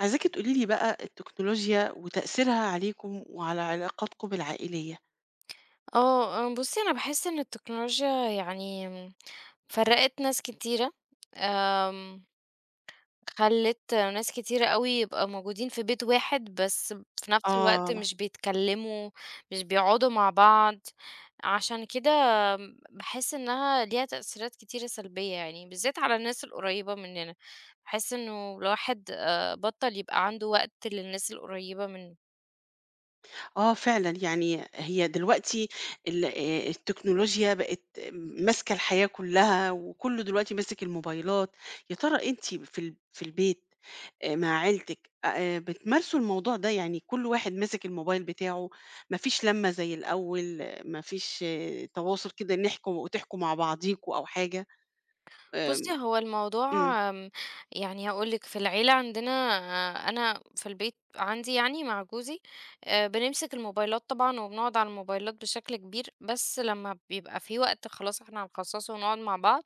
عايزاكِ تقولي لي بقى التكنولوجيا وتأثيرها عليكم وعلى علاقاتكم العائلية. آه، آه، بُصّي أنا باحس إن التكنولوجيا يعني فرّقت ناس كتيرة، آمم، خلّت ناس كتيرة أوي يبقى موجودين في بيت واحد، بس في نفس الوقت آه، مش بيتكلّموا، مش بيقعدوا مع بعض. عشان كده باحس إنها ليها تأثيرات كتيرة سلبية يعني، بالذات على الناس القريّبة مننا. باحس إنه الواحد بطّل يبقى عنده وقت للناس القريّبة منه. آه فعلًا، يعني هي دلوقتي ال التكنولوجيا بقت ماسكة الحياة كلّها وكلّه دلوقتي ماسك الموبايلات، يا ترى أنتِ في البيت مع عيلتِك بتمارسوا الموضوع ده، يعني كل واحد ماسك الموبايل بتاعه، ما فيش لمّة زي الأول، ما فيش تواصل كده نحكوا وتحكوا مع بعضيكم أو حاجة؟ آمم، بُصّي، هو الموضوع إمم، آمم، يعني هاقول لِك في العيلة عندنا. آه، أنا في البيت عندي يعني مع جوزي بنمسك الموبايلات طبعًا وبنقعد على الموبايلات بشكل كبير، بس لمّا بيبقى في وقت خلاص إحنا هنخصصه ونقعد مع بعض،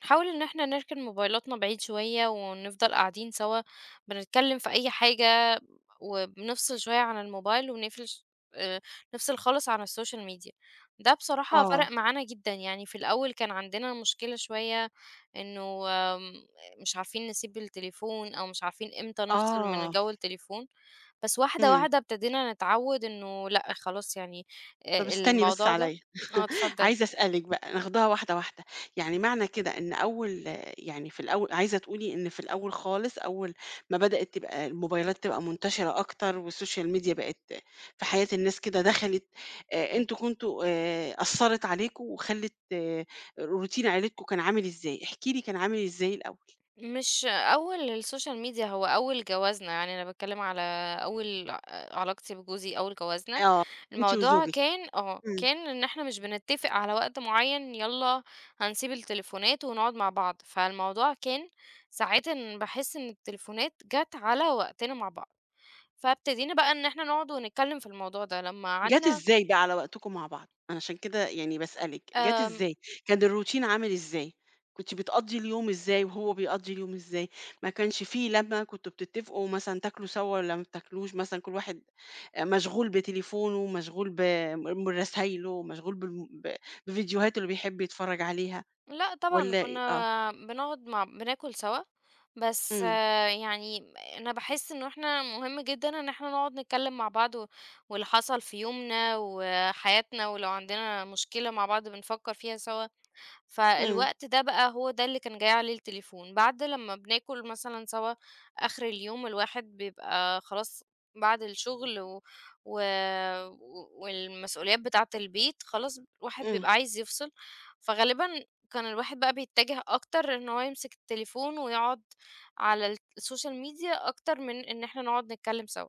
بنحاول إن إحنا نركن موبايلاتنا بعيد شوية ونفضل قاعدين سوا، بنتكلم في أي حاجة وبنفصل شوية عن الموبايل ونقفل ش آآ، نفصل خالص عن السوشيال ميديا. ده بصراحة آه، فرق معانا جدًا، يعني في الأول كان عندنا مشكلة شوية إنه مش عارفين نسيب التليفون أو مش عارفين إمتى نفصل من آه. جو التليفون، بس واحدة، إمم. واحدة ابتدينا نتعوّد إنه لأ خلاص يعني طب استني بس الموضوع ده. عليَّ، آه، اتفضل. عايزة أسألِك بقى، ناخدها واحدة، واحدة. يعني معنى كده إن أول يعني في الأول عايزة تقولي إن في الأول خالص، أول ما بدأت تبقى الموبايلات تبقى منتشرة أكتر والسوشيال ميديا بقت في حياة الناس كده دخلت، إمم. أنتم كنتم أثّرت عليكم وخلِّت روتين عيلتكم كان عامل إزاي؟ احكي لي كان عامل إزاي الأول؟ مش أول السوشيال ميديا، هو أول جوازنا، يعني أنا باتكلّم على أول ع علاقتي بجوزي أول جوازنا. آه، أنتِ الموضوع وزوجِك. كان آه، إمم. كان إن إحنا مش بنتّفق على وقت معيّن يالّا هنسيب التليفونات ونقعد مع بعض، فالموضوع كان ساعات إن باحس إن التليفونات جات على وقتنا مع بعض، فابتدينا بقى إن إحنا نقعد ونتكلّم في الموضوع ده، لمّا جات قعدنا إزاي بقى على وقتكم مع بعض؟ أنا عشان كده يعني باسألِك، جات آمم إزاي؟ كان الروتين عامل إزاي؟ كنتِ بتقضّي اليوم إزاي وهو بيقضّي اليوم إزاي؟ ما كانش في لمّة كنتم بتتفقوا مثلًا تاكلوا سوا والّا ما بتاكلوش مثلًا كل واحد مشغول بتليفونه، مشغول برسايله، مشغول بالم ب بفيديوهاته اللي بيحب يتفرّج عليها لأ طبعًا، والّا إيه؟ آه. كنا بنقعد مع بناكل سوا. بس إمم، آه، يعني أنا باحس إنه إحنا مهم جدًا إن إحنا نقعد نتكلم مع بعض و واللي حصل في يومنا وحياتنا، ولو عندنا مشكلة مع بعض بنفكر فيها سوا. إمم، فالوقت ده بقى هو ده اللي كان جاي عليه التليفون بعد لما بناكل مثلًا سوا. آخر اليوم الواحد بيبقى خلاص بعد الشغل و و والمسؤوليات بتاعة البيت، خلاص الواحد إمم، بيبقى عايز يفصل. فغالبًا كان الواحد بقى بيتجه أكتر إن هو يمسك التليفون ويقعد على السوشيال ميديا أكتر من إن إحنا نقعد نتكلم سوا،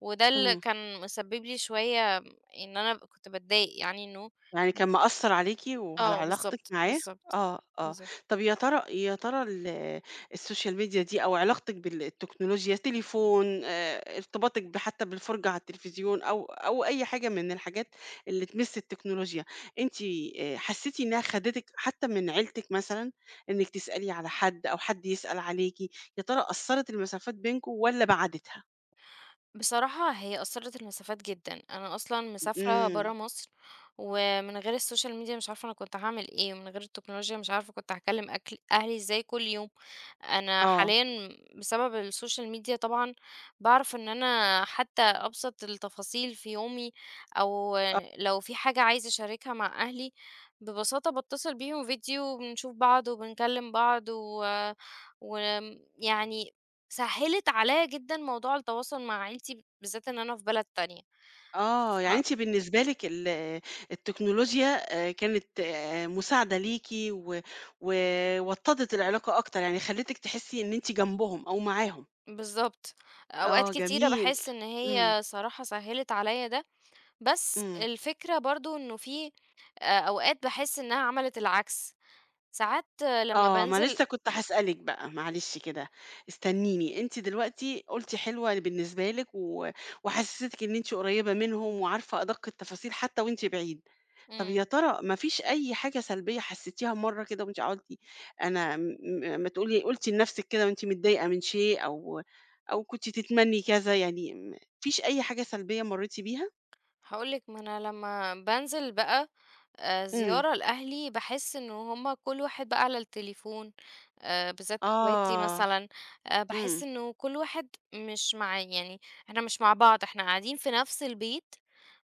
وده اللي إمم. كان مسبب لي شوية إن أنا كنت باتضايق يعني إنه يعني كان مأثّر عليكِ وعلى آه، علاقتِك بالضبط، معاه؟ بالضبط، آه، آه. بالضبط. طَب يا ترى السوشيال ميديا دي أو علاقتِك بالتكنولوجيا تليفون ارتباطِك حتى بالفرجة على التلفزيون أو أي حاجة من الحاجات اللي تمِس التكنولوجيا، أنتِ حسّيتِ إنها خدتِك حتى من عيلتِك مثلًا، إنِّك تسألي على حد أو حد يسأل عليكِ، يا ترى أثّرت المسافات بينكم والّا بَعَدِتها؟ بصراحة هي أثّرت المسافات جدًا، أنا أصلًا مسافرة إمم، برّه مصر، ومن غير السوشيال ميديا مش عارفة أنا كنت هاعمل إيه، ومن غير التكنولوجيا مش عارفة كنت هاكلّم أكل أهلي إزاي كل يوم. أنا آه. حاليًا بسبب السوشيال ميديا طبعًا، باعرف إن أنا حتى أبسط التفاصيل في يومي، أو لو في حاجة عايزة أشاركها مع أهلي، ببساطة باتصل بيهم فيديو وبنشوف بعض وبنكلم بعض، و يعني سهِّلت عليّا جدًا موضوع التواصل مع عيلتي، بالذات إن أنا في بلد تانية. آه، يعني ف أنتِ بالنسبة لِك التكنولوجيا كانت مساعدة ليكِ و وطّدت العلاقة أكتر، يعني خلّتِك تحسّي إن أنتِ جنبهم أو معاهم. بالضبط. أوقات آه، كتيرة جميل. باحس إن إمم، هي صراحة سهِّلت عليّا ده، بس إمم. الفكرة برضه إنه في أوقات باحس إنها عملت العكس، ساعات آه، لمّا آه، ما بانزل. لسه كنت هاسألِك بقى، معلش كده استنيني. أنتِ دلوقتي قُلتِ حلوة بالنسبة لِك و وحسّستِك إن أنتِ قريّبة منهم وعارفة أدق التفاصيل حتى وأنتِ بعيدة. طب إمم، يا ترى ما فيش أي حاجة سلبية حسيتيها مرّة كده وأنتِ قُلتِ أنا م م ما تقولي قُلتِ لنفسِك كده وأنتِ متضايقة من شيء أو كنتِ تتمني كذا يعني ما فيش أي حاجة سلبية مرّيتِ بيها؟ هاقول لِك ما أنا لمّا بانزل بقى إمم. زيارة لأهلي، باحس إن هُم كل واحد بقى على التليفون. بالذات إخواتي آه. مثلًا، إمم. باحس إنه كل واحد مش مع يعني إحنا مش مع بعض، إحنا قاعدين في نفس البيت،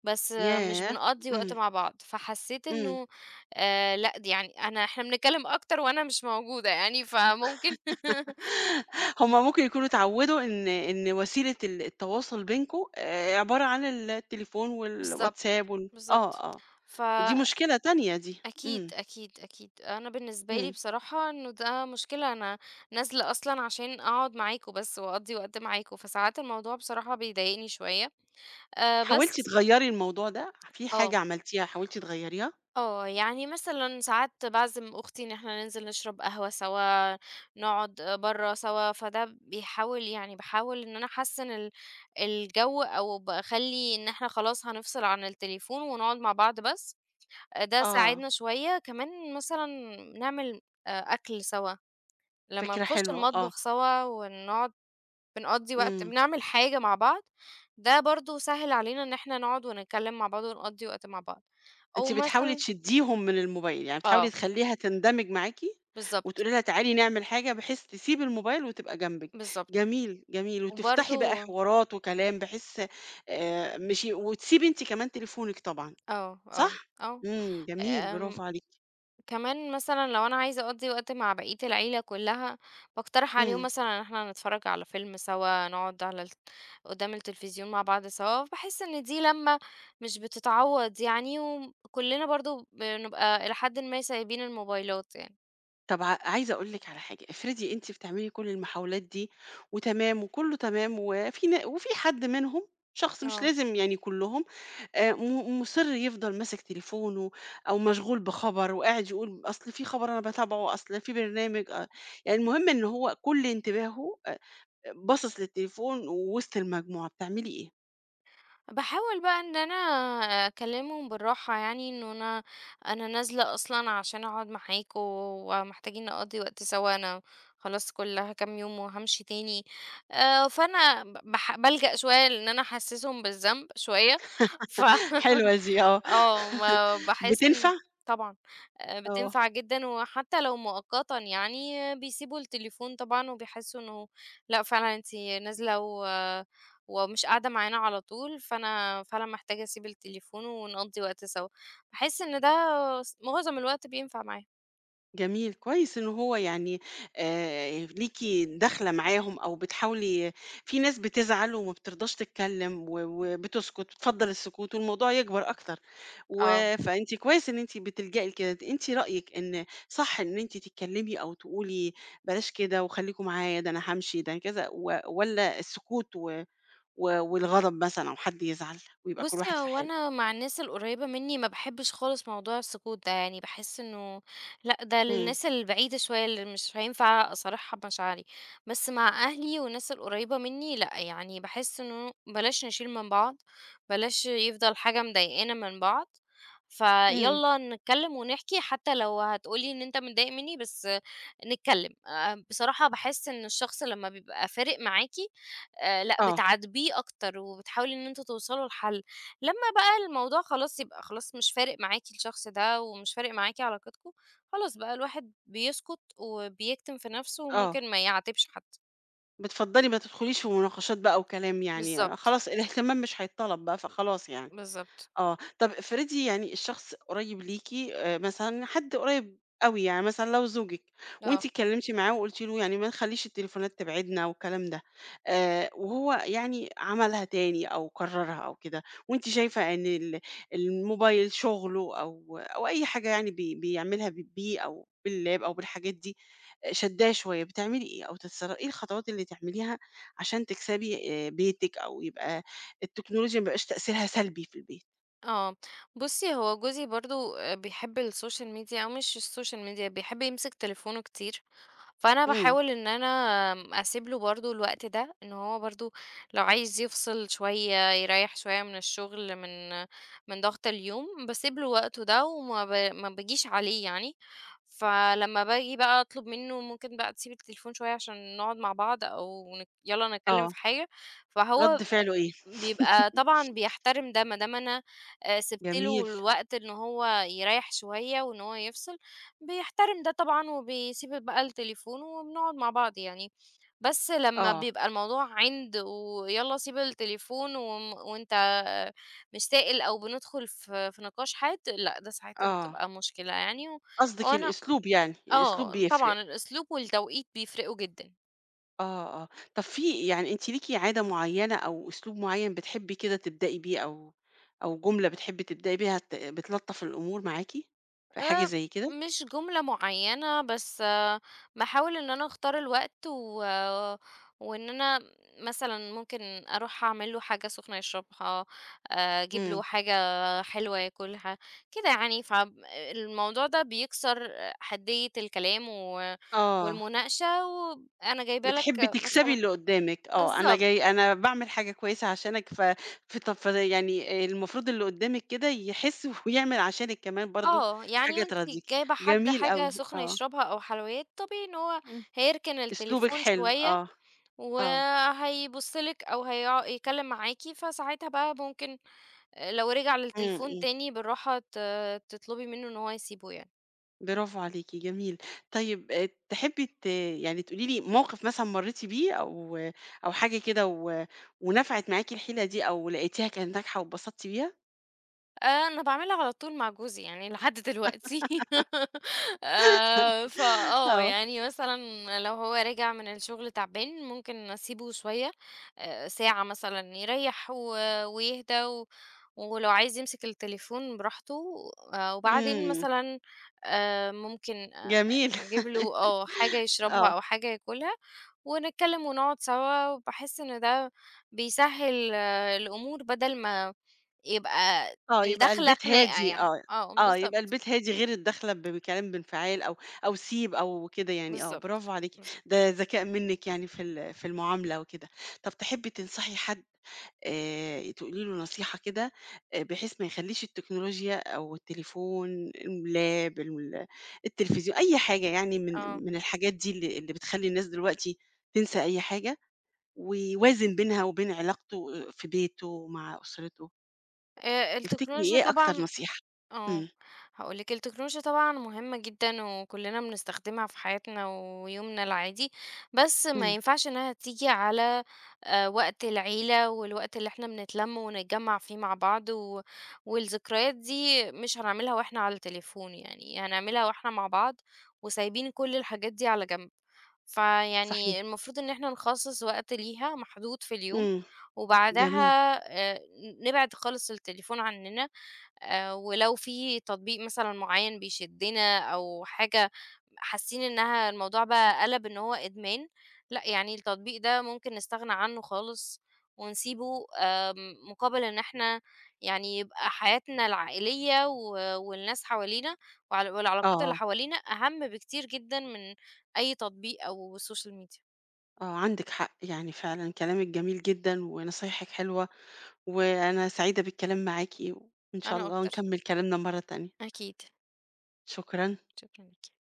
بس آه، مش ياه! بنقضّي وقت إمم، مع بعض. فحسيت إمم. إنه لأ، دي يعني أنا إحنا بنتكلم أكتر وأنا مش موجودة يعني، فممكن هُم ممكن يكونوا اتعوّدوا إن وسيلة التواصل بينكم عبارة عن التليفون بالضبط، والWhatsApp آه، بالضبط. آه. دي فأكيد، مشكلة تانية دي. أكيد، إمم، أكيد. أنا بالنسبة لي إمم. بصراحة إنه ده مشكلة، أنا نازلة أصلًا عشان أقعد معاكم بس وأقضّي وقت معاكم، فساعات الموضوع بصراحة بيضايقني شوية. حاولتِ بس تغيّري الموضوع ده؟ في حاجة آه، عملتيها حاولتِ تغيّريها؟ آه. يعني مثلًا ساعات باعزم أختي إن إحنا ننزل نشرب قهوة سوا، نقعد برّه سوا، فده بيحاول يعني باحاول إن أنا أحسِّن الجَو، أو باخلّي إن إحنا خلاص هنفصل عن التليفون ونقعد مع بعض بس. ده آه، ساعدنا شوية، كمان مثلًا نعمل أكل سوا، لمّا فكرة نخش حلوة، آه، المطبخ سوا ونقعد بنقضّي وقت إمم، بنعمل حاجة مع بعض، ده برضه سهِّل علينا إن إحنا نقعد ونتكلّم مع بعض ونقضّي وقت مع بعض، أو أنتِ بتحاولي مثلًا تشدّيهم من الموبايل، يعني بتحاولي آه، تخلّيها تندمج معاكِ، بالضبط، وتقولي لها تعالي نعمل حاجة بحيث تسيب الموبايل وتبقى جنبِك، بالضبط، جميل، جميل، وتفتحي وبرضه بقى حوارات وكلام بحيث مش ي وتسيبي أنتِ كمان تليفونِك طبعًا. آه، آه، صح؟ آه. إمم، جميل آمم برافو عليكِ. كمان مثلًا لو أنا عايزة أقضّي وقت مع بقية العيلة كلّها، باقترح عليهم إمم. مثلًا إن إحنا نتفرّج على فيلم سوا، نقعد على قدّام التلفزيون مع بعض سوا. باحس إن دي لمّة مش بتتعوّض يعني، وكلّنا برضه بنبقى إلى حدٍ ما سايبين الموبايلات يعني. طب عايزة أقول لِك على حاجة، افرضي أنتِ بتعملي كل المحاولات دي وتمام وكله تمام وفي حد منهم، شخص مش آه. لازم يعني كلهم، م مُصِر يفضل ماسك تليفونه أو مشغول بخبر وقاعد يقول أصل في خبر أنا باتابعه، أصل في برنامج يعني المهم إن هو كل انتباهه باصص للتليفون ووسط المجموعة، بتعملي إيه؟ باحاول بقى إن أنا أكلمهم بالراحة يعني، إنه أنا أنا نازلة أصلًا عشان أقعد معاكم ومحتاجين نقضّي وقت سوا، أنا خلاص كُلّها كام يوم وهامشي تاني. فأنا ب باح بالجأ شوية لإن أنا أحسسهم بالذنب شوية. ف حلوة دي آه، آه، ما باحس بتنفع؟ إن طبعًا، آه. بتنفع جدًا وحتى لو مؤقتًا يعني آه، بيسيبوا التليفون طبعًا وبيحسّوا إنه لأ فعلًا أنتِ نازلة و آه، ومش قاعدة معانا على طول، فأنا فعلًا محتاجة أسيب التليفون ونقضّي وقت سوا. باحس إن ده معظم الوقت بينفع معاه. جميل، كويس إن هو يعني ليكِ داخلة معاهم أو بتحاولي في ناس بتزعل وما بترضاش تتكلم و وبتسكت، بتفضّل السكوت والموضوع يكبر أكتر، و آه. فأنتِ كويس إن أنتِ بتلجئي لكده، أنتِ رأيِك إن صح إن أنتِ تتكلمي أو تقولي بلاش كده وخليكم معايا ده أنا هامشي ده أنا كذا والّا السكوت و و والغضب مثلًا أو حد يزعل ويبقى كل بُصّي، واحد في هو حاله؟ أنا مع الناس القريّبة منّي ما باحبّش خالص موضوع السكوت ده، يعني باحس إنه لأ، ده إمم، للناس البعيدة شوية اللي مش هينفع أصارحها بمشاعري، بس مع أهلي والناس القريّبة منّي لأ، يعني باحس إنه بلاش نشيل من بعض، بلاش يفضل حاجة مضايقانا من بعض، إمم، فيالّا نتكلّم ونحكي حتى لو هتقول لي إن أنت متضايق منّي بس نتكلّم. بصراحة باحس إن الشخص لمّا بيبقى فارق معاكِ لأ، آه، بتعاتبيه أكتر وبتحاولي إن أنتم توصلوا لحل. لمّا بقى الموضوع خلاص يبقى خلاص مش فارق معاكِ الشخص ده، ومش فارق معاكِ علاقتكم، خلاص بقى الواحد بيسكت وبيكتم في نفسه آه. وممكن ما يعاتبش حد. بتفضّلي ما تدخليش في مناقشات بقى وكلام يعني، بالضبط، خلاص الاهتمام مش هيتطلب بقى فخلاص يعني. بالضبط. آه، طب افرضي يعني الشخص قريب ليكِ مثلًا حد قريب أوي، يعني مثلًا لو زوجِك آه، وأنتِ اتكلمتِ معاه وقلتِ له يعني ما نخليش التليفونات تبعدنا والكلام ده، وهو يعني عملها تاني أو كررها أو كده، وأنتِ شايفة إن الموبايل شغله أو أي حاجة يعني بيعملها بيه أو باللاب أو بالحاجات دي شاداه شوية، بتعملي إيه أو تتصر إيه الخطوات اللي تعمليها عشان تكسبي بيتِك أو يبقى التكنولوجيا ما يبقاش تأثيرها سلبي في البيت؟ آه. بُصّي، هو جوزي برضه بيحب السوشيال ميديا أو مش السوشيال ميديا، بيحب يمسك تليفونه كتير. فأنا إمم، باحاول إن أنا أسيب له برضه الوقت ده، إن هو برضه لو عايز يفصل شوية، يريّح شوية من الشغل، من من ضغط اليوم، باسيب له وقته ده وما ب ما باجيش عليه يعني. فلمّا باجي بقى أطلب منه ممكن بقى تسيب التليفون شوية عشان نقعد مع بعض أو يالّا نتكلم آه، في حاجة، فهو رَد فعله إيه؟ بيبقى طبعًا بيحترم ده، ما دام أنا سِبت له جميل، الوقت إن هو يريّح شوية وإن هو يفصل، بيحترم ده طبعًا وبيسيب بقى التليفون وبنقعد مع بعض يعني. بس لمّا آه، بيبقى الموضوع عِند ويالّا سيب التليفون وم وأنت آه، مش سائل أو بندخل في في نقاش حاد، لأ ده ساعتها آه، بتبقى مشكلة يعني. و قصدِك وأنا الأسلوب يعني، الأسلوب آه، بيفرق، طبعًا الأسلوب والتوقيت بيفرقوا جدًا. آه، آه، طَب في يعني أنتِ ليكِ عادة معيّنة أو أسلوب معيّن بتحبي كده تبدئي بيه أو جملة بتحبي تبدئي بيها بتلطّف الأمور معاكِ، في حاجة آآ زي كده؟ مش جملة معيّنة، بس باحاول إن أنا أختار الوقت وإن أنا مثلًا ممكن أروح أعمل له حاجة سخنة يشربها، أجيب إمم، له حاجة حلوة ياكلها، كده يعني. الموضوع ده بيكسر حدّية الكلام و آه. والمناقشة، وأنا جايبة لك بتحبي تكسبي مثلًا اللي قدّامِك، آه، أنا بالضبط. جاي أنا باعمل حاجة كويسة عشانك ف فط ف يعني المفروض اللي قدّامِك كده يحس ويعمل عشانِك كمان برضه آه، حاجة يعني أنتِ تراضيكِ، جايبة حد جميل حاجة أوي، سخنة آه، يشربها أو حلويات، طبيعي إن هو إمم، هيركن أسلوبِك التليفون حلو، شوية آه، آه، وهيبُص لِك أو هيقع يتكلّم معاكِ، فساعتها بقى ممكن لو رجع إمم، للتليفون إمم، تاني بالراحة ت تطلبي منّه إن هو يسيبه يعني. برافو عليكِ، جميل، طيب تحبي يعني تقولي لي موقف مثلًا مرّيتِ بيه أو حاجة كده ونفعت معاكِ الحيلة دي أو لقيتيها كانت ناجحة واتبسطتِ بيها؟ أنا باعملها على طول مع جوزي يعني لحد دلوقتي. فآه، آه، يعني مثلًا لو هو راجع من الشغل تعبان ممكن أسيبه شوية، ساعة مثلًا يريّح ويهدى ولو عايز يمسك التليفون براحته. وبعدين إمم، مثلًا ممكن جميل، نجيب له حاجة يشربها آه. أو حاجة ياكلها، ونتكلم ونقعد سوا، وباحس إن ده بيسهّل الأمور بدل ما يبقى آه، يبقى الداخلة البيت خناقة هادي يعني. آه، آه، آه، يبقى بالضبط، البيت هادي غير الداخلة بكلام بانفعال أو سيب أو كده يعني آه، بالضبط، برافو عليكِ، بالضبط، ده ذكاء منِّك يعني في المعاملة وكده. طب تحبي تنصحي حد تقولي له نصيحة كده بحيث ما يخلّيش التكنولوجيا أو التليفون، المولاب، التلفزيون، أي حاجة يعني آه، من الحاجات دي اللي بتخلّي الناس دلوقتي تنسى أي حاجة، ويوازن بينها وبين علاقته في بيته مع أسرته؟ تفتكري التكنولوجيا إيه أكتر طبعًا نصيحة؟ اه إمم، هقول لك التكنولوجيا طبعا مهمة جدا وكلنا بنستخدمها في حياتنا ويومنا العادي، بس ما إمم، ينفعش انها تيجي على وقت العيلة والوقت اللي احنا بنتلم ونتجمع فيه مع بعض و... والذكريات دي مش هنعملها واحنا على التليفون، يعني هنعملها واحنا مع بعض وسايبين كل الحاجات دي على جنب. صحيح، فيعني المفروض ان احنا نخصص وقت ليها محدود في اليوم إمم، جميل، وبعدها آه، نبعد خالص التليفون عننا. ولو في تطبيق مثلًا معيّن بيشدنا أو حاجة حاسين إنها الموضوع بقى قَلَب إن هو إدمان، لأ، يعني التطبيق ده ممكن نستغنى عنه خالص ونسيبه. مقابل إن إحنا يعني يبقى حياتنا العائلية و والناس حوالينا وع والعلاقات اللي آه، حوالينا أهم بكتير جدًا من أي تطبيق أو social media. آه، عندِك حق، يعني فعلًا كلامِك جميل جدًا ونصايحِك حلوة، وأنا سعيدة بالكلام معاكِ، وإن شاء أنا الله أكتر. نكمّل كلامنا مرّة تانية، أكيد. شكرًا. شكرًا ليكِ.